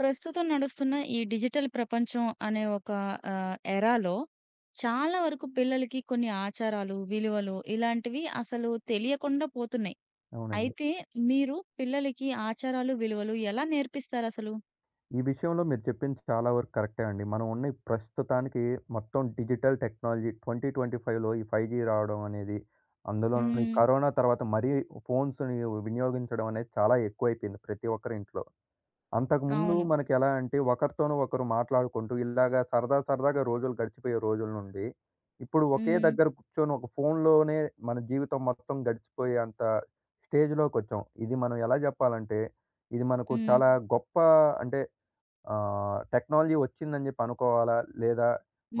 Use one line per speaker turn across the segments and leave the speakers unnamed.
ప్రస్తుతం నడుస్తున్న ఈ డిజిటల్ ప్రపంచం అనే ఒక ఎరాలో చాలా వరకు పిల్లలకి కొన్ని ఆచారాలు, విలువలు ఇలాంటివి అసలు తెలియకుండా పోతున్నాయి.
అవునండి.
అయితే మీరు పిల్లలకి ఆచారాలు, విలువలు ఎలా నేర్పిస్తారసలు?
ఈ విషయంలో మీరు చెప్పింది చాలా వరకు కరెక్టే అండి. మనం ఉన్న ఈ ప్రస్తుతానికి మొత్తం డిజిటల్ టెక్నాలజీ 2025లో ఈ 5జీ రావడం అనేది, అందులోను ఈ
హ్మ్.
కరోనా తర్వాత మరీ ఫోన్స్‌ని వినియోగించడం అనేది చాలా ఎక్కువైపోయింది ప్రతి ఒక్కరి ఇంట్లో. అంతకుముందు
అవును.
మనకెలా అంటే ఒకరితోనూ ఒకరు మాట్లాడుకుంటూ ఇలాగా సరదా సరదాగా రోజులు గడిచిపోయే రోజుల నుండి, ఇప్పుడు ఒకే
హ్మ్.
దగ్గర కూర్చొని ఒక ఫోన్‌లోనే మన జీవితం మొత్తం గడిచిపోయే అంత స్టేజ్‌లోకొచ్చాం. ఇది మనం ఎలా జెప్పాలంటే, ఇది మనకు
హ్మ్.
చాలా గొప్ప అంటే టెక్నాలజీ వచ్చిందని జెప్పి అనుకోవాలా? లేదా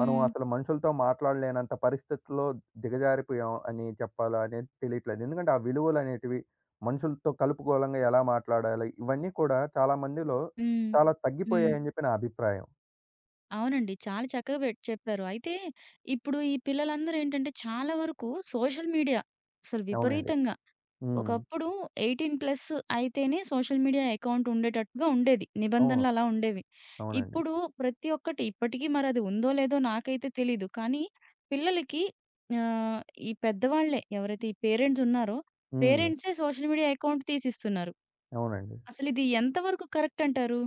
మనం అసలు మనుషులతో మాట్లాడలేనంత పరిస్థితుల్లో దిగజారిపోయాం అని చెప్పాలా? అనేది తెలియట్లేదు. ఎందుకంటే ఆ విలువలనేటివి మనుషులతో కలుపుకోలంగా ఎలా మాట్లాడాలి? ఇవన్నీ కూడా చాలా మందిలో
హ్మ్.
చాలా
హ్మ్.
తగ్గిపోయాయని జెప్పి నా అభిప్రాయం.
అవునండి. చాలా చక్కగా పెట్ చెప్పారు. అయితే ఇప్పుడు ఈ పిల్లలందరూ ఏంటంటే చాలా వరకు సోషల్ మీడియా అసలు
అవునండి.
విపరీతంగా
హ్మ్.
ఒకప్పుడు 18 ప్లస్ అయితేనే సోషల్ మీడియా అకౌంట్ ఉండేటట్టుగా ఉండేది.
అవును.
నిబంధనలు అలా ఉండేవి.
అవునండి.
ఇప్పుడు ప్రతి ఒక్కటి ఇప్పటికీ మరది ఉందో లేదో నాకైతే తెలీదు. కానీ పిల్లలకి ఆహ్, ఈ పెద్దవాళ్ళే ఎవరైతే ఈ పేరెంట్స్ ఉన్నారో
హ్మ్.
పేరెంట్సే సోషల్ మీడియా అకౌంట్ తీసిస్తున్నారు.
అవునండి.
అసలిది ఎంతవరకు కరెక్ట్ అంటారు?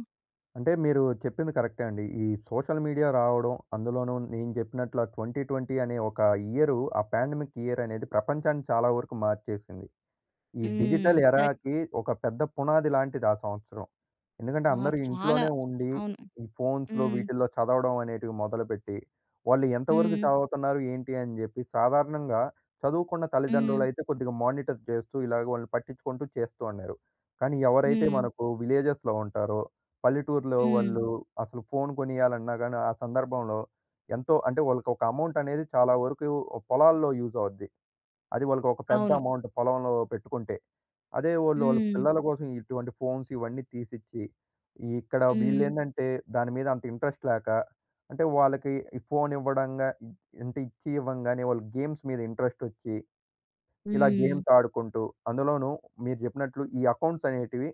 అంటే మీరు చెప్పింది కరెక్టే అండి. ఈ సోషల్ మీడియా రావడం, అందులోనూ నేను జెప్పినట్లు ఆ 2020 అనే ఒక ఇయరు, ఆ పాండమిక్ ఇయర్ అనేది ప్రపంచాన్ని చాలా వరకు మార్చేసింది. ఈ
హ్మ్.
Digital
correct.
ఎరాకి ఒక పెద్ద పునాది లాంటిది ఆ సంవత్సరం. ఎందుకంటే
ఆ!
అందరూ
చాలా.
ఇంట్లోనే ఉండి,
అవును.
ఈ ఫోన్స్‌లో
హ్మ్.
వీటిల్లో చదవడం అనేటివి మొదలుపెట్టి, వాళ్ళు ఎంతవరకు
హ్మ్.
చదువుతున్నారు ఏంటి అని జెప్పి సాధారణంగా చదువుకున్న
హ్మ్.
తల్లిదండ్రులైతే కొద్దిగా మానిటర్ చేస్తూ ఇలాగ వాళ్ళని పట్టించుకుంటూ చేస్తూ ఉన్నారు. కానీ ఎవరైతే
హ్మ్.
మనకు విలేజెస్‌లో ఉంటారో, పల్లెటూరులో
హ్మ్.
వాళ్ళు అసలు ఫోన్ కొనియాలన్నా గాని ఆ సందర్భంలో ఎంతో అంటే వాళ్ళకి ఒక అమౌంట్ అనేది చాలా వరకు పొలాల్లో యూజ్ అవుద్ది. అది వాళ్ళకి ఒక పెద్ద
అవును.
అమౌంట్ పొలంలో పెట్టుకుంటే. అదే వోళ్ళు వాళ్ళ
హ్మ్.
పిల్లల కోసం ఇటువంటి ఫోన్స్ ఇవన్నీ తీసిచ్చి, ఈ ఇక్కడ
హ్మ్.
వీళ్ళేందంటే దాని మీద అంత ఇంట్రెస్ట్ లేక, అంటే వాళ్ళకి ఈ ఫోన్ అంటే ఇచ్చి ఇవ్వంగానే వాళ్ళు గేమ్స్ మీద ఇంట్రెస్ట్ వచ్చి, ఇలా
హ్మ్.
గేమ్స్ ఆడుకుంటూ, అందులోనూ మీరు చెప్పినట్లు ఈ అకౌంట్స్ అనేటివి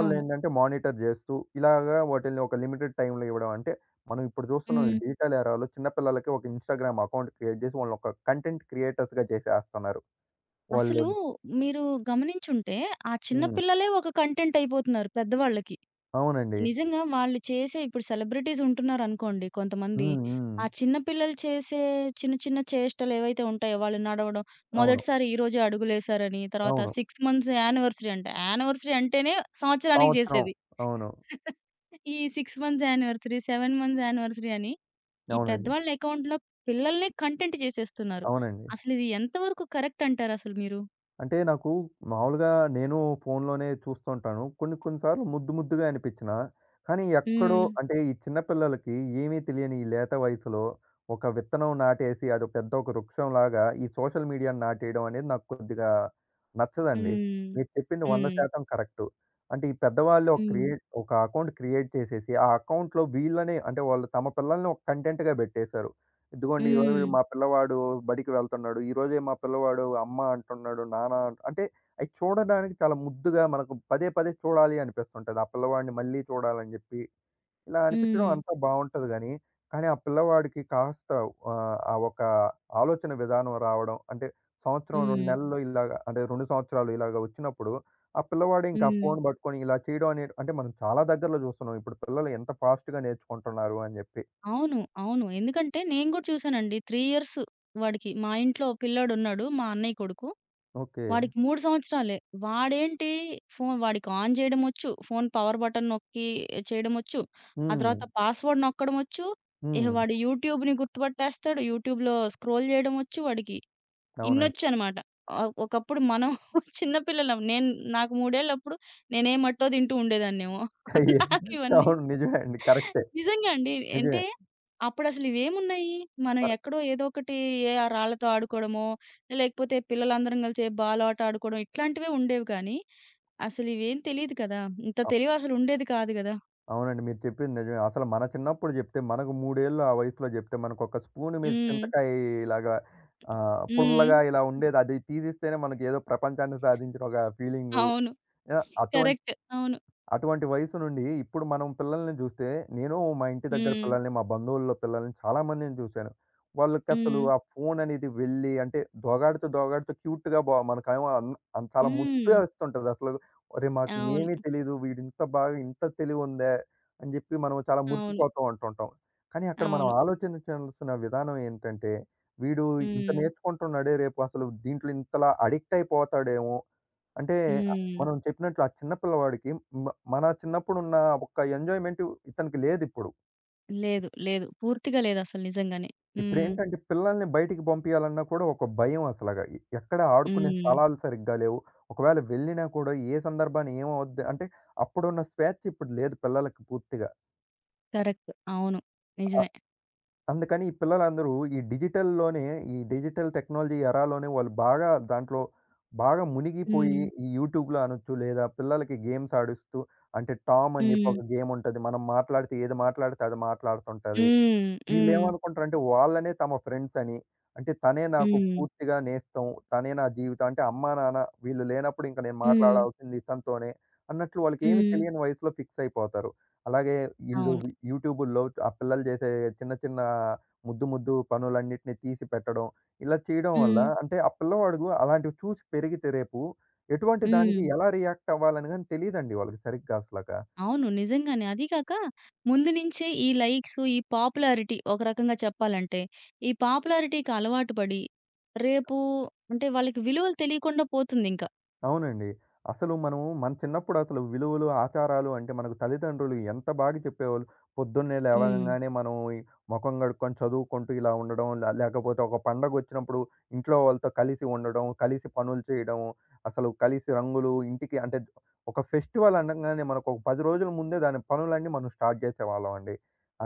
అవును.
మానిటర్ చేస్తూ, ఇలాగా వాటిల్ని ఒక లిమిటెడ్ టైమ్‌లో ఇవ్వడం. అంటే మనం ఇప్పుడు చూస్తున్నాం ఈ
హ్మ్.
డిజిటల్ ఏరాలో చిన్న పిల్లలకి ఒక ఇన్‌స్టాగ్రామ్ అకౌంట్ క్రియేట్ చేసి వాళ్ళని ఒక కంటెంట్ క్రియేటర్స్‌గా చేసేస్తున్నారు. వాళ్ళు
అసలు మీరు గమనించుంటే, ఆ చిన్న
హ్మ్.
పిల్లలే ఒక కంటెంట్ అయిపోతున్నారు పెద్దవాళ్ళకి.
అవునండి.
నిజంగా వాళ్ళు చేసే ఇప్పుడు సెలబ్రిటీస్ ఉంటున్నారనుకోండి కొంతమంది.
హ్మ్. హ్మ్.
ఆ చిన్న పిల్లలు చేసే చిన్న చిన్న చేష్టలు ఏవైతే ఉంటాయో వాళ్ళు నడవడం,
అవును.
మొదటిసారి ఈ రోజే అడుగులేశారని, తర్వాత
అవును.
6 మంత్స్ యానివర్సరీ అంట. యానివర్సరీ అంటేనే సంవత్సరానికి
సంవత్సరం.
చేసేది.
అవును.
ఈ 6 మంత్స్ యానివర్సరీ, 7 మంత్స్ యానివర్సరీ అని ఈ
అవునండి.
పెద్దవాళ్ళ అకౌంట్‌లో పిల్లల్నే కంటెంట్ చేసేస్తున్నారు.
అవునండి.
అసలిది ఎంతవరకు కరెక్ట్ అంటారసలు మీరు?
అంటే నాకు మామూలుగా నేను ఫోన్‌లోనే చూస్తుంటాను. కొన్ని కొన్ని సార్లు ముద్దు ముద్దుగా అనిపించినా, కానీ ఎక్కడో
హ్మ్.
అంటే ఈ చిన్న పిల్లలకి ఏమీ తెలియని ఈ లేత వయసులో ఒక విత్తనం నాటేసి అదో పెద్ద ఒక వృక్షంలాగా ఈ సోషల్ మీడియాని నాటేయడం అనేది నాకు కొద్దిగా నచ్చదండి.
హ్మ్.
మీరు చెప్పింది
హ్మ్.
100% కరెక్టు. అంటే ఈ పెద్దవాళ్ళు
హ్మ్.
ఒక అకౌంట్ క్రియేట్ చేసేసి, ఆ అకౌంట్‌లో వీళ్ళనే అంటే వాళ్ళు తమ పిల్లల్ని ఒక కంటెంట్‌గా పెట్టేశారు. ఇదిగోండి ఈరోజు
హ్మ్.
మా పిల్లవాడు బడికి వెళ్తున్నాడు. ఈరోజే మా పిల్లవాడు అమ్మ అంటున్నాడు, నాన్న అంటు అంటే అయి చూడడానికి చాలా ముద్దుగా మనకు పదే పదే చూడాలి అనిపిస్తుంటది. ఆ పిల్లవాడిని మళ్ళీ చూడాలని జెప్పి. ఇలా అనిపించడం
హ్మ్.
అంతా బావుంటది గానీ, కానీ ఆ పిల్లవాడికి కాస్త ఆహ్, ఆ ఒక ఆలోచన విధానం రావడం అంటే సంవత్సరం 2 హ్మ్.
హ్మ్.
నెలల్లో ఇలాగ అంటే 2 సంవత్సరాలు ఇలాగ వచ్చినప్పుడు ఆ పిల్లవాడు ఇంకా ఆ
హ్మ్.
ఫోను పట్టుకొని ఇలా చేయడం అనేది అంటే మనం చాలా దగ్గరలో చూస్తున్నాం. ఇప్పుడు పిల్లలు ఎంత ఫాస్ట్‌గా నేర్చుకుంటున్నారు అని జెప్పి.
అవును. అవును. ఎందుకంటే నేను గూడా చూసానండి. 3 ఇయర్స్ వాడికి. మా ఇంట్లో పిల్లోడున్నాడు. మా అన్నయ్య కొడుకు.
ఓకే.
వాడికి 3 సంవత్సరాలే. వాడేంటి ఫోను వాడికి ఆన్ జేయడమొచ్చు. ఫోను పవర్ బటన్ నొక్కి చేయడమొచ్చు. ఆ
హ్మ్.
తర్వాత పాస్‌వర్డ్ నొక్కడమొచ్చు. ఇహ
హ్మ్.
వాడు యూట్యూబ్‌ని గుర్తుపట్టేస్తాడు. యూట్యూబ్‌లో స్క్రోల్ జేయడమొచ్చు వాడికి.
అవునండి.
ఇన్నొచ్చనమాట. ఒకప్పుడు మనం చిన్న పిల్లలం. నేను నాకు మూడేళ్ళప్పుడు నేనేమట్టో తింటూ ఉండేదాన్నేమో.
అయ్యే
నాకివన్నీ
అవును. నిజమే అండి. కరెక్టే.
నిజంగా అండి. అంటే
నిజమే.
అప్పుడసలు ఇవేమున్నాయి? మనం
మరి
ఎక్కడో ఏదో ఒకటి ఏ ఆ రాళ్ళతో ఆడుకోవడమో, లేకపోతే పిల్లలందరం కలిసి బాలాట ఆడుకోవడం ఇట్లాంటివే ఉండేవి కానీ, అసలివేం తెలీదు కదా! ఇంత
అవ్
తెలివి అసలుండేది కాదు గదా!
అవునండి. మీరు చెప్పింది నిజమే. అసలు మన చిన్నప్పుడు జెప్తే మనకు 3 ఏళ్ళు ఆ వయసులో జెప్తే మనకొక స్పూన్ మీద
హ్మ్.
చింతకాయలాగా
హ్మ్.
పుల్లగా ఇలా ఉండేది. అది తీసిస్తేనే మనకేదో ప్రపంచాన్ని సాధించిన ఒక ఫీలింగు.
అవును.
యాహ్! అటువంటి
కరెక్ట్. అవును.
అటువంటి వయసు నుండి ఇప్పుడు మనం పిల్లల్ని జూస్తే, నేను మా ఇంటి దగ్గర
హ్మ్.
పిల్లల్ని, మా బంధువుల్లో పిల్లల్ని చాలామందిని జూశాను. వాళ్ళకసలు
హ్మ్.
ఆ ఫోన్ అనేది వెళ్ళి అంటే దోగాడుతూ, దోగాడుతూ క్యూట్‌గా బా మనకేమో అన్ అన్ చాలా
హ్మ్.
ముద్దుగా ఇస్తుంటదసలు. "ఒరేయ్! మాకు
అవును.
ఏమీ తెలీదు. వీడింత బాగా ఇంత తెలివుందే" అని జెప్పి మనం చాలా
అవును.
మురిసిపోతూ ఉంటుంటాం. కానీ అక్కడ మనం
అవును.
ఆలోచించాల్సిన విధానం ఏంటంటే, వీడు ఇంత
హ్మ్.
నేర్చుకుంటున్నాడే రేపు అసలు దీంట్లో ఇంతలా అడిక్ట్ అయిపోతాడేమో! అంటే
హ్మ్.
మనం చెప్పినట్లు ఆ చిన్న పిల్లవాడికి మ మన చిన్నప్పుడున్న ఒక్క ఎంజాయ్‌మెంట్ ఇతనికి లేదిప్పుడు.
లేదు. లేదు. పూర్తిగా లేదసలు నిజంగానే. హ్మ్.
ఇప్పుడేంటంటే పిల్లల్ని బయటికి పంపియాలన్నా కూడా ఒక భయం అసలగా. ఎక్కడ ఆడుకునే
హ్మ్.
స్థలాలు సరిగ్గా లేవు. ఒకవేళ వెళ్ళినా కూడా ఏ సందర్భాన ఏమవుద్ది అంటే అప్పుడున్న స్వేచ్ఛ ఇప్పుడు లేదు పిల్లలకి పూర్తిగా.
కరెక్ట్. అవును. నిజమే.
అందుకని ఈ పిల్లలందరూ ఈ డిజిటల్‌లోనే, ఈ డిజిటల్ టెక్నాలజీ ఎరాలోనే వాళ్ళు బాగా మునిగిపోయి,
హ్మ్.
ఈ యూట్యూబ్‌లో అనొచ్చు లేదా పిల్లలకి గేమ్స్ ఆడిస్తూ అంటే టామ్ అని చెప్పి
హ్మ్.
ఒక గేమ్ ఉంటది. మనం మాట్లాడితే ఏది మాట్లాడితే అది మాట్లాడుతుంటది.
హ్మ్. హ్మ్.
వీళ్ళేమనుకుంటారంటే వాళ్ళనే తమ ఫ్రెండ్సని, అంటే తనే నాకు
హ్మ్.
పూర్తిగా నేస్తం, తనే నా జీవితం. అంటే అమ్మా, నాన్న వీళ్ళు లేనప్పుడు ఇంక నేను
హ్మ్.
మాట్లాడాల్సింది ఇతనితోనే అన్నట్లు వాళ్ళకేమి
హ్మ్.
తెలియని వయసులో ఫిక్స్ అయిపోతారు. అలాగే ఈళ్ళు
అవును.
వి యూట్యూబుల్లో ఆ పిల్లలు చేసే చిన్న చిన్న ముద్దు ముద్దు పనులన్నిటిని తీసి పెట్టడం, ఇలా చేయడం వల్ల
హ్మ్.
అంటే ఆ పిల్లవాడు అలాంటివి చూసి పెరిగితే రేపు ఎటువంటి దానికి
హ్మ్.
ఎలా రియాక్ట్ అవ్వాలని గాని తెలీదండి వాళ్ళకి సరిగ్గా అసలక.
అవును. నిజంగానే. అదీ కాక ముందు నుంచే ఈ లైక్స్, ఈ పాపులారిటీ ఒక రకంగా చెప్పాలంటే, ఈ పాపులారిటీకి అలవాటు పడి, రేపు అంటే వాళ్ళకి విలువలు తెలియకుండా పోతుందింక.
అవునండి. అసలు మనము మన చిన్నప్పుడు అసలు విలువలు, ఆచారాలు అంటే మనకు తల్లిదండ్రులు ఎంత బాగా చెప్పేవాళ్ళు. పొద్దున్నే అవును.
హ్మ్.
లేవగంగానే మనం ఈ మొఖం కడుక్కొని చదువుకుంటూ ఇలా ఉండడం. లేకపోతే ఒక పండగొచ్చినప్పుడు ఇంట్లో వాళ్ళతో కలిసి ఉండడం, కలిసి పనులు చేయడం, అసలు కలిసి రంగులు ఇంటికి అంటే ఒక ఫెస్టివల్ అనంగానే మనకు ఒక 10 రోజుల ముందే దాని పనులన్నీ మనం స్టార్ట్ చేసేవాళ్ళమండి.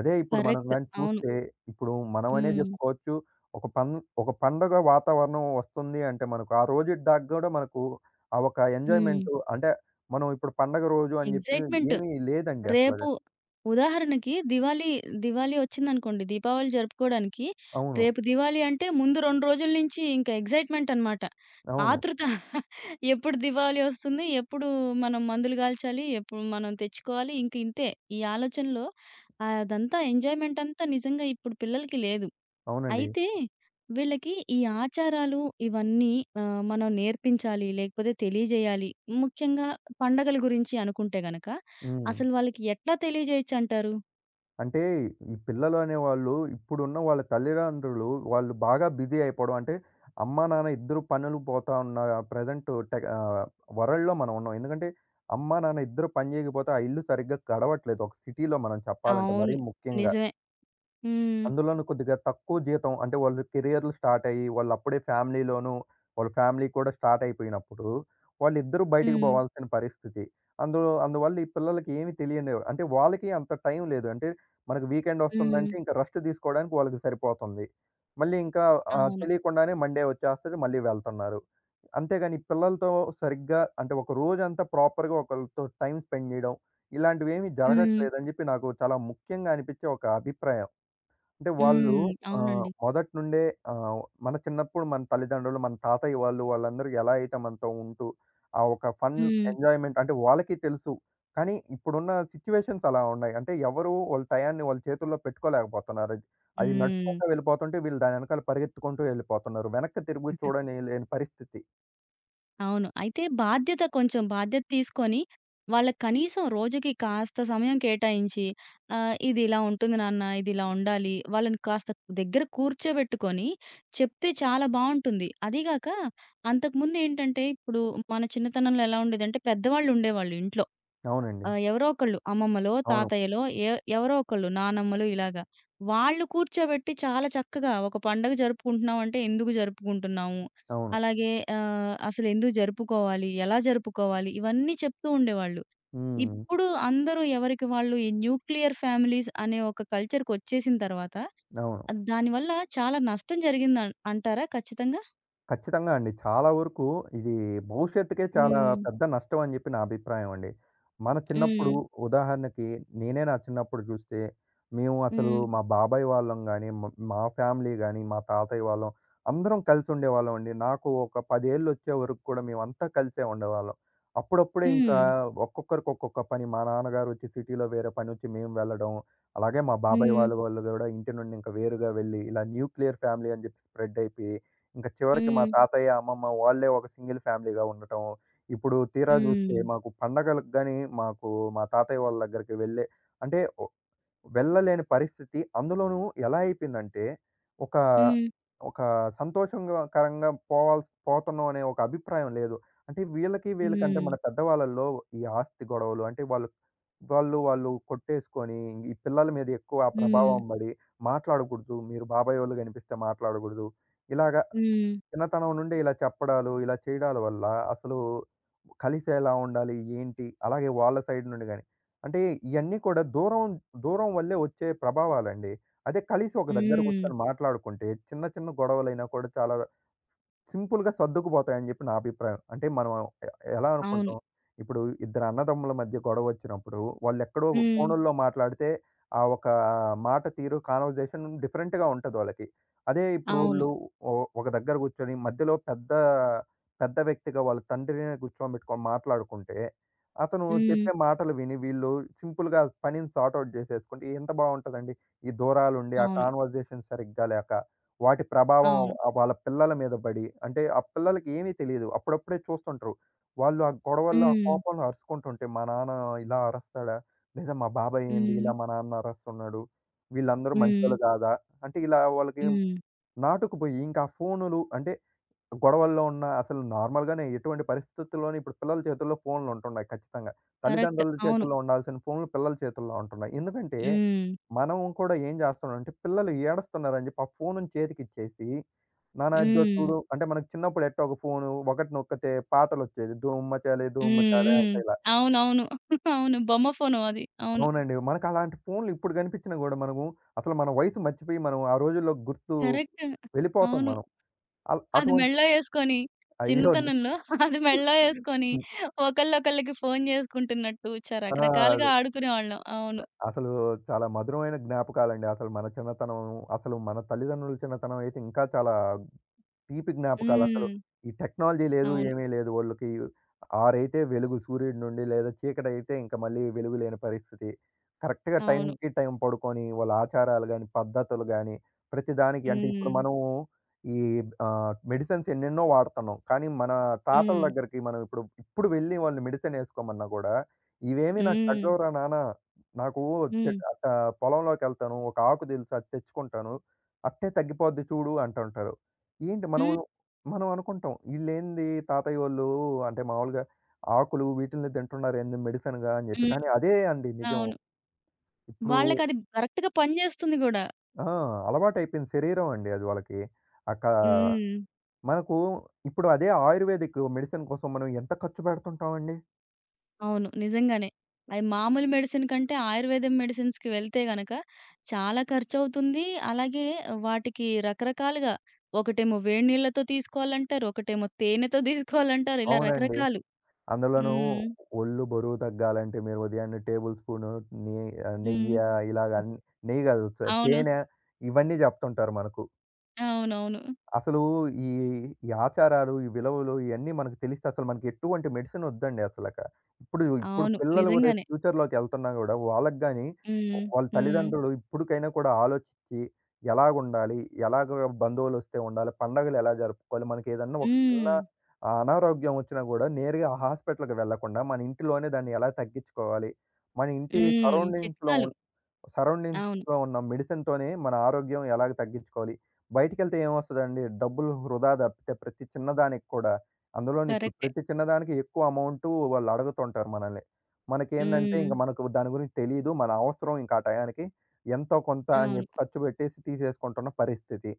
అదే ఇప్పుడు మనం
కరెక్ట్.
గాని
అవును.
చూస్తే ఇప్పుడు మనమనే
హ్మ్.
చెప్పుకోవచ్చు. ఒక పన్ ఒక పండగ వాతావరణం వస్తుంది అంటే మనకు ఆ రోజు దాకా గూడా మనకు ఆ ఒక
హ్మ్.
ఎంజాయ్‌మెంటు అంటే, మనం ఇప్పుడు పండగ రోజు అని జెప్పి
ఎక్సైట్‌మెంట్.
ఏమీ లేదండి
రేపు
అసలది.
ఉదాహరణకి దివాళీ, దివాళీ వచ్చిందనుకోండి. దీపావళి జరుపుకోవడానికి
అవును.
రేపు దివాళీ అంటే ముందు 2 రోజుల నుంచి ఇంకా ఎక్సైట్‌మెంట్ అన్నమాట.
అవును.
ఆతృత ఎప్పుడు దివాళీ వస్తుంది? ఎప్పుడు మనం మందులు కాల్చాలి? ఎప్పుడు మనం తెచ్చుకోవాలి? ఇంక ఇంతే. ఈ ఆలోచనలో అదంతా ఎంజాయ్‌మెంట్ అంతా నిజంగా ఇప్పుడు పిల్లలకి లేదు.
అవునండి.
అయితే వీళ్ళకి ఈ ఆచారాలు ఇవన్నీ మనం నేర్పించాలి, లేకపోతే తెలియజేయాలి. ముఖ్యంగా పండగల గురించి అనుకుంటే గనక
హ్మ్.
అసలు వాళ్ళకి ఎట్లా తెలియజేయొచ్చంటారు?
అంటే ఈ పిల్లలు అనేవాళ్ళు ఇప్పుడున్న వాళ్ళ తల్లిదండ్రులు వాళ్ళు బాగా బిజీ అయిపోవడం అంటే, అమ్మా, నాన్న ఇద్దరు పనులకు పోతా ఉన్న ప్రెజెంట్ టెక్ వరల్డ్‌లో మనం ఉన్నాం. ఎందుకంటే, అమ్మా, నాన్న ఇద్దరు పని జేయకపోతే ఆ ఇల్లు సరిగ్గా గడవట్లేదు. ఒక సిటీలో మనం చెప్పాలంటే
అవును.
మరీ ముఖ్యంగా.
నిజమే. హ్మ్.
అందులోనూ కొద్దిగా తక్కువ జీతం అంటే వాళ్ళు కెరియర్‌లు స్టార్ట్ అయ్యి, వాళ్ళ ఫ్యామిలీ కూడా స్టార్ట్ అయిపోయినప్పుడు, వాళ్ళిద్దరూ బయటికి
హ్మ్.
పోవాల్సిన పరిస్థితి. అందువల్ల ఈ పిల్లలకి ఏమి తెలియని అంటే వాళ్ళకి అంత టైం లేదు. అంటే మనకు వీకెండ్
హ్మ్.
వస్తుందంటే ఇంకా రెస్ట్ తీసుకోవడానికి వాళ్ళకి సరిపోతుంది. మళ్ళీ ఇంకా
అవును.
తెలియకుండానే మండే వచ్చేస్తది. మళ్ళీ వెళ్తున్నారు. అంతేగాని ఈ పిల్లలతో సరిగ్గా అంటే ఒక రోజంతా ప్రాపర్‌గా ఒకళ్ళతో టైమ్ స్పెండ్ చేయడం, ఇలాంటివేమి
హ్మ్.
జరగట్లేదని చెప్పి నాకు చాలా ముఖ్యంగా అనిపించే ఒక అభిప్రాయం. అంటే వాళ్ళు
హ్మ్. అవునండి.
మొదటి నుండే ఆహ్, మన చిన్నప్పుడు మన తల్లిదండ్రులు, మన తాతయ్య వాళ్ళు, వాళ్ళందరూ ఎలా అయితే మనతో ఉంటూ, ఆ ఒక ఫన్,
హ్మ్.
ఎంజాయ్‌మెంట్ అంటే వాళ్ళకి తెలుసు. కానీ ఇప్పుడున్న సిట్యుయేషన్స్ అలా ఉన్నాయి. అంటే ఎవరు వాళ్ళ టయాన్ని వాళ్ళ చేతుల్లో పెట్టుకోలేకపోతున్నారు. అది అది
హ్మ్.
నడుచుకుంటూ వెళ్ళిపోతుంటే వీళ్ళు దాని వెనకాల పరిగెత్తుకుంటూ వెళ్ళిపోతున్నారు. వెనక్కి తిరిగి చూడని లేని పరిస్థితి.
అవును. అయితే బాధ్యత కొంచెం బాధ్యత తీసుకొని, వాళ్ళకి కనీసం రోజుకి కాస్త సమయం కేటాయించి, "ఇది ఇలా ఉంటుంది నాన్న, ఇది ఇలా ఉండాలి." వాళ్ళని కాస్త దగ్గర కూర్చోబెట్టుకొని చెప్తే చాలా బావుంటుంది. అదీ గాక అంతకుముందేంటంటే, ఇప్పుడు మన చిన్నతనంలో ఎలా ఉండేదంటే, పెద్దవాళ్ళుండేవాళ్ళు ఇంట్లో.
అవునండి.
ఆ! ఎవరో ఒకళ్ళు అమ్మమ్మలో,
అవును.
తాతయ్యలో ఎ ఎవరో ఒకళ్ళు నానమ్మలు ఇలాగా. వాళ్ళు కూర్చోబెట్టి చాలా చక్కగా ఒక పండగ జరుపుకుంటున్నాం అంటే ఎందుకు జరుపుకుంటున్నాము?
అవును.
అలాగే అసలెందుకు జరుపుకోవాలి? ఎలా జరుపుకోవాలి? ఇవన్నీ చెప్తూ ఉండేవాళ్ళు.
హ్మ్.
ఇప్పుడు అందరూ ఎవరికి వాళ్ళు ఈ న్యూక్లియర్ ఫ్యామిలీస్ అనే ఒక కల్చర్‌కొచ్చేసిన తర్వాత
అవును.
దానివల్ల చాలా నష్టం జరిగిందన్ అంటారా ఖచ్చితంగా?
ఖచ్చితంగా అండి. చాలా వరకు ఇది భవిష్యత్తుకే చాలా
హ్మ్.
పెద్ద నష్టం అని చెప్పి నా అభిప్రాయం అండి. మన
హ్మ్.
చిన్నప్పుడు ఉదాహరణకి నేనే నా చిన్నప్పుడు చూస్తే, మేము అసలు
హ్మ్.
మా బాబాయ్ వాళ్ళం గాని, మా ఫ్యామిలీ గాని, మా తాతయ్య వాళ్ళం అందరం కలిసి ఉండేవాళ్ళం అండి. నాకు ఒక 10 ఏళ్ళు వచ్చే వరకు కూడా మేమంతా కలిసే ఉండేవాళ్ళం. అప్పుడప్పుడే ఇంకా
హ్మ్.
ఒక్కొక్కరికి ఒక్కొక్క పని మా నాన్నగారు వచ్చి సిటీలో వేరే పని వచ్చి మేము వెళ్ళడం. అలాగే మా బాబాయ్
హ్మ్.
వాళ్ళ వాళ్ళు కూడా ఇంటి నుండి ఇంకా వేరుగా వెళ్ళి ఇలా న్యూక్లియర్ ఫ్యామిలీ అని చెప్పి స్ప్రెడ్ అయిపోయి ఇంక చివరికి మా
హ్మ్.
తాతయ్య, అమ్మమ్మ వాళ్ళే ఒక సింగిల్ ఫ్యామిలీగా ఉండటం. ఇప్పుడు తీరా జూస్తే
హ్మ్.
మాకు పండగలకు గాని మాకు మా తాతయ్య వాళ్ళ దగ్గరికి వెళ్ళే అంటే ఒ వెళ్ళలేని పరిస్థితి. అందులోనూ ఎలా అయిపోయిందంటే ఒక,
హ్మ్.
ఒక సంతోషంగా కరంగా పోవాల్సి పోతున్నాం అనే ఒక అభిప్రాయం లేదు. అంటే వీళ్ళకంటే
హ్మ్.
మన పెద్దవాళ్ళలో ఈ ఆస్తి గొడవలు అంటే వాళ్ళు వాళ్ళు వాళ్ళు కొట్టేసుకొని ఈ పిల్లల మీద ఎక్కువ ఆ
హ్మ్.
ప్రభావం పడి మాట్లాడకూడదు. మీరు బాబాయోళ్ళు కనిపిస్తే మాట్లాడకూడదు. ఇలాగ
హ్మ్.
చిన్నతనం నుండి ఇలా చెప్పడాలు, ఇలా చేయడాల వల్ల అసలు కలిసి ఎలా ఉండాలి? ఏంటి? అలాగే వాళ్ళ సైడ్ నుండి గాని, అంటే ఇయన్నీ కూడా దూరం వల్లే వచ్చే ప్రభావాలండి. అదే కలిసి ఒక దగ్గర
హ్మ్.
కూర్చొని మాట్లాడుకుంటే చిన్న చిన్న గొడవలైనా కూడా చాలా సింపుల్‌గా సర్దుకుపోతాయని చెప్పి నా అభిప్రాయం. అంటే మనం ఎ ఎలా
అవును.
అనుకుంటాం? ఇప్పుడు ఇద్దరు అన్నదమ్ముల మధ్య గొడవ వచ్చినప్పుడు వాళ్ళెక్కడో
హ్మ్.
ఫోనుల్లో మాట్లాడితే ఆ ఒక మాట తీరు, కాన్వర్జేషన్ డిఫరెంట్‌గా ఉంటది వాళ్ళకి. అదే
అవును.
ఇప్పుడోళ్ళు ఒ ఒక దగ్గర కూర్చొని మధ్యలో పెద్ద వ్యక్తిగా వాళ్ళ తండ్రినే కూర్చోబెట్టుకొని మాట్లాడుకుంటే, అతను
హ్మ్.
చెప్పే మాటలు విని వీళ్ళు సింపుల్‌గా పనిని సార్ట్ ఔట్ చేసేసుకుంటే ఎంత బావుంటదండి. ఈ దూరాలుండి ఆ
అవును.
కాన్వర్జేషన్ సరిగ్గా లేక, వాటి ప్రభావం
అవును.
వాళ్ళ పిల్లల మీద పడి, అంటే ఆ పిల్లలకి ఏమీ తెలీదు. అప్పుడప్పుడే చూస్తుంటరు. వాళ్ళు ఆ గొడవల్లో, ఆ
హ్మ్.
కోపంలో అరుచుకుంటుంటే, మా నాన్న ఇలా అరుస్తాడా? లేదా మా బాబాయ్ ఏంది
హ్మ్.
ఇలా మా నాన్న అరుస్తున్నాడు? వీళ్ళందరూ మంచోళ్ళు
హ్మ్.
కాదా? అంటే ఇలా వాళ్ళకి
హ్మ్.
నాటుకుపోయి ఇంకా ఆ ఫోనులు అంటే గొడవల్లో ఉన్న అసలు నార్మల్‌గానే ఎటువంటి పరిస్థితుల్లోని ఇప్పుడు పిల్లల చేతుల్లో ఫోన్లు ఉంటున్నాయి ఖచ్చితంగా.
కరెక్ట్.
తల్లిదండ్రుల
అవును.
చేతుల్లో ఉండాల్సిన ఫోన్లు పిల్లల చేతుల్లో ఉంటున్నాయి. ఎందుకంటే
హ్మ్.
మనం కూడా ఏం చేస్తున్నామంటే పిల్లలు ఏడుస్తున్నారని చెప్పి ఆ ఫోనుని చేతికిచ్చేసి, నాన్న ఇదిగో
హ్మ్.
చూడు అంటే మనకు చిన్నప్పుడు ఎట్టా ఒక ఫోను ఒకటి నొక్కితే పాటలొచ్చేది. 'దూమ్మ చాలే ధూమ్మ
హ్మ్.
చాలే'
హ్మ్.
అంటే ఇలా.
అవునవును. అవును. బొమ్మ ఫోను అది. అవును.
అవునండి. మనకు అలాంటి ఫోన్లు ఇప్పుడు కనిపించినా కూడా మనము అసలు మన వయసు మర్చిపోయి మనం ఆ రోజుల్లో గుర్తు
కరెక్ట్.
వెళ్ళిపోతాం
అవును.
మనం.
అది
అటువంటి
మెడలో యేసుకొని
అయ్యో!
చిన్నతనంలో అది మెడలో యేసుకొని
హ్మ్.
ఒకళ్ళొకళ్ళకి ఫోను జేసుకుంటున్నట్టు చ
ఆ!
రకరకాలుగా
అది
ఆడుకునేవాళ్ళం. అవును.
అసలు చాలా మధురమైన జ్ఞాపకాలండి. అసలు మన చిన్నతనం, అసలు మన తల్లిదండ్రుల చిన్నతనం అయితే ఇంకా చాలా తీపి జ్ఞాపకాలసలు.
హ్మ్.
ఈ టెక్నాలజీ లేదు,
అవును.
ఏమీ లేదు. ఓళ్ళకి ఆరైతే వెలుగు సూర్యుడి నుండి, లేదా చీకటైతే ఇంక మళ్ళీ వెలుగు లేని పరిస్థితి. కరెక్ట్‌గా
అవును.
టైంకి టైం పడుకొని, వాళ్ళ ఆచారాలు గాని, పద్ధతులు గాని, ప్రతిదానికి అంటే ఇప్పుడు
హ్మ్.
మనము ఈ మెడిసిన్స్ ఎన్నెన్నో వాడుతున్నాం. కానీ మన తాతల
హ్మ్.
దగ్గరికి మనం ఇప్పుడు వెళ్లి వాళ్ళు మెడిసిన్ ఏసుకోమన్నా గూడా, "ఇవేమీ నాకు
హ్మ్.
తగ్గవురా నాన్న! నాకు
హ్మ్.
అట్టా పొలంలోకెళ్తాను, ఒక ఆకు దెలుసు అది తెచ్చుకుంటాను. అట్టే తగ్గిపోద్ది చూడు" అంటుంటారు. ఏంటి మనం
హ్మ్.
మనం అనుకుంటాం ఈళ్ళేంది తాతయ్య వోళ్ళు అంటే మామూలుగా ఆకులు వీటిల్ని తింటున్నారేంది మెడిసిన్‌గా అని చెప్పి.
హ్మ్.
కానీ అదే అండి నిజం.
అవును.
ఇప్పుడు
వాళ్ళకది కరెక్ట్‌గా పనిజేస్తుంది గూడా.
ఆ! అలవాటైపోయింది శరీరం అండి అది వాళ్ళకి. అకా
హ్మ్.
మనకు ఇప్పుడు అదే ఆయుర్వేదిక్ మెడిసిన్ కోసం మనం ఎంత ఖర్చు పెడుతుంటామండి.
అవును. నిజంగానే. అది మామూలు మెడిసిన్ కంటే ఆయుర్వేదం మెడిసిన్స్‌కి వెళ్తే గనక చాలా ఖర్చవుతుంది. అలాగే వాటికి రకరకాలుగా ఒకటేమో వేడి నీళ్ళతో తీసుకోవాలంటారు. ఒకటేమో తేనెతో తీసుకోవాలంటారు. ఇలా
అవునండి.
రకరకాలు.
అందులోనూ
హ్మ్.
ఒళ్ళు బరువు తగ్గాలంటే మీరు ఉదయాన్నే టేబుల్ స్పూను నె
హ్మ్.
నెయ్య ఇలాగ అన్ని నెయ్యి కాదు,
అవును.
తేనె ఇవన్నీ చెప్తుంటారు మనకు.
అవునవును.
అసలు ఈ, ఈ ఆచారాలు, ఈ విలువలు ఇయన్నీ మనకు తెలిస్తే అసలు మనకి ఎటువంటి మెడిసిన్ ఒద్దండి అసలక. ఇప్పుడు ఇప్పుడు
అవును.
పిల్లలు రేపు
నిజంగానే.
ఫ్యూచర్‌లోకి ఎళ్తున్నా గూడా వాళ్ళకి గాని
హ్మ్.
వాళ్ళ
హ్మ్.
తల్లిదండ్రులు ఇప్పటికైనా కూడా ఆలోచించి ఎలాగుండాలి? ఎలాగ బంధువులొస్తే ఉండాలి? పండగలు ఎలా జరుపుకోవాలి? మనకేదన్నా ఒక చిన్న
హ్మ్.
అనారోగ్యం ఒచ్చినా గూడా నేరుగా హాస్పిటల్‌కి వెళ్ళకుండా మన ఇంటిలోనే దాన్ని ఎలా తగ్గించుకోవాలి? మన ఇంటి
హ్మ్.
సరౌండింగ్స్‌లో
చిట్కాలు.
ఉన్
అవును.
సరౌండింగ్స్‌లో ఉన్న మెడిసిన్‌తోనే మన ఆరోగ్యం ఎలాగ తగ్గించుకోవాలి? బయటికెళ్తే ఏమొస్తదండి? డబ్బులు వృధా తప్పితే ప్రతి చిన్నదానికి కూడా. అందులోను ఇప్పుడు
కరెక్టే.
ప్రతి చిన్నదానికి ఎక్కువ అమౌంటు వాళ్ళు అడుగుతుంటారు మనల్ని. మనకేందంటే
హ్మ్.
ఇంక మనకు దాని గురించి తెలీదు. మన అవసరం ఇంక ఆ టయానికి ఎంతో కొంత అని
అవును.
చెప్పి ఖర్చు పెట్టేసి తీసేసుకుంటున్న పరిస్థితి.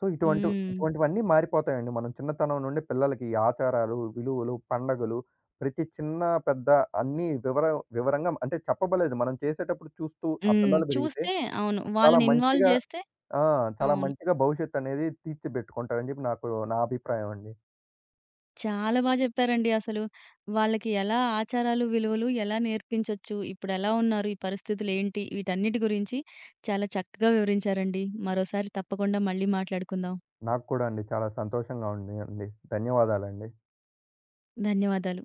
సో,
హ్మ్.
ఇటువంటివన్నీ మారిపోతాయండి. మనం చిన్నతనం నుండి పిల్లలకి ఈ ఆచారాలు, విలువలు, పండగలు ప్రతి చిన్న, పెద్ద అన్నీ వివరంగా అంటే చెప్పబలేదు. మనం చేసేటప్పుడు చూస్తూ ఆ
హ్మ్.
పిల్లలు పెరిగితే
చూస్తే అవును.
చాలా
వాళ్ళని ఇన్వాల్వ్
మంచిగా
చేస్తే
ఆ! చాలా
అవును.
మంచిగా భవిష్యత్తనేది తీర్చిపెట్టుకుంటారని చెప్పి నాకు నా అభిప్రాయం అండి.
చాలా బా చెప్పారండి అసలు. వాళ్ళకి ఎలా ఆచారాలు, విలువలు ఎలా నేర్పించొచ్చు, ఇప్పుడెలా ఉన్నారు, ఈ పరిస్థితులేంటి, వీటన్నిటి గురించి చాలా చక్కగా వివరించారండి. మరోసారి తప్పకుండా మళ్ళీ మాట్లాడుకుందాం.
నాకు కూడా అండి. చాలా సంతోషంగా ఉంది అండి. ధన్యవాదాలండి.
ధన్యవాదాలు.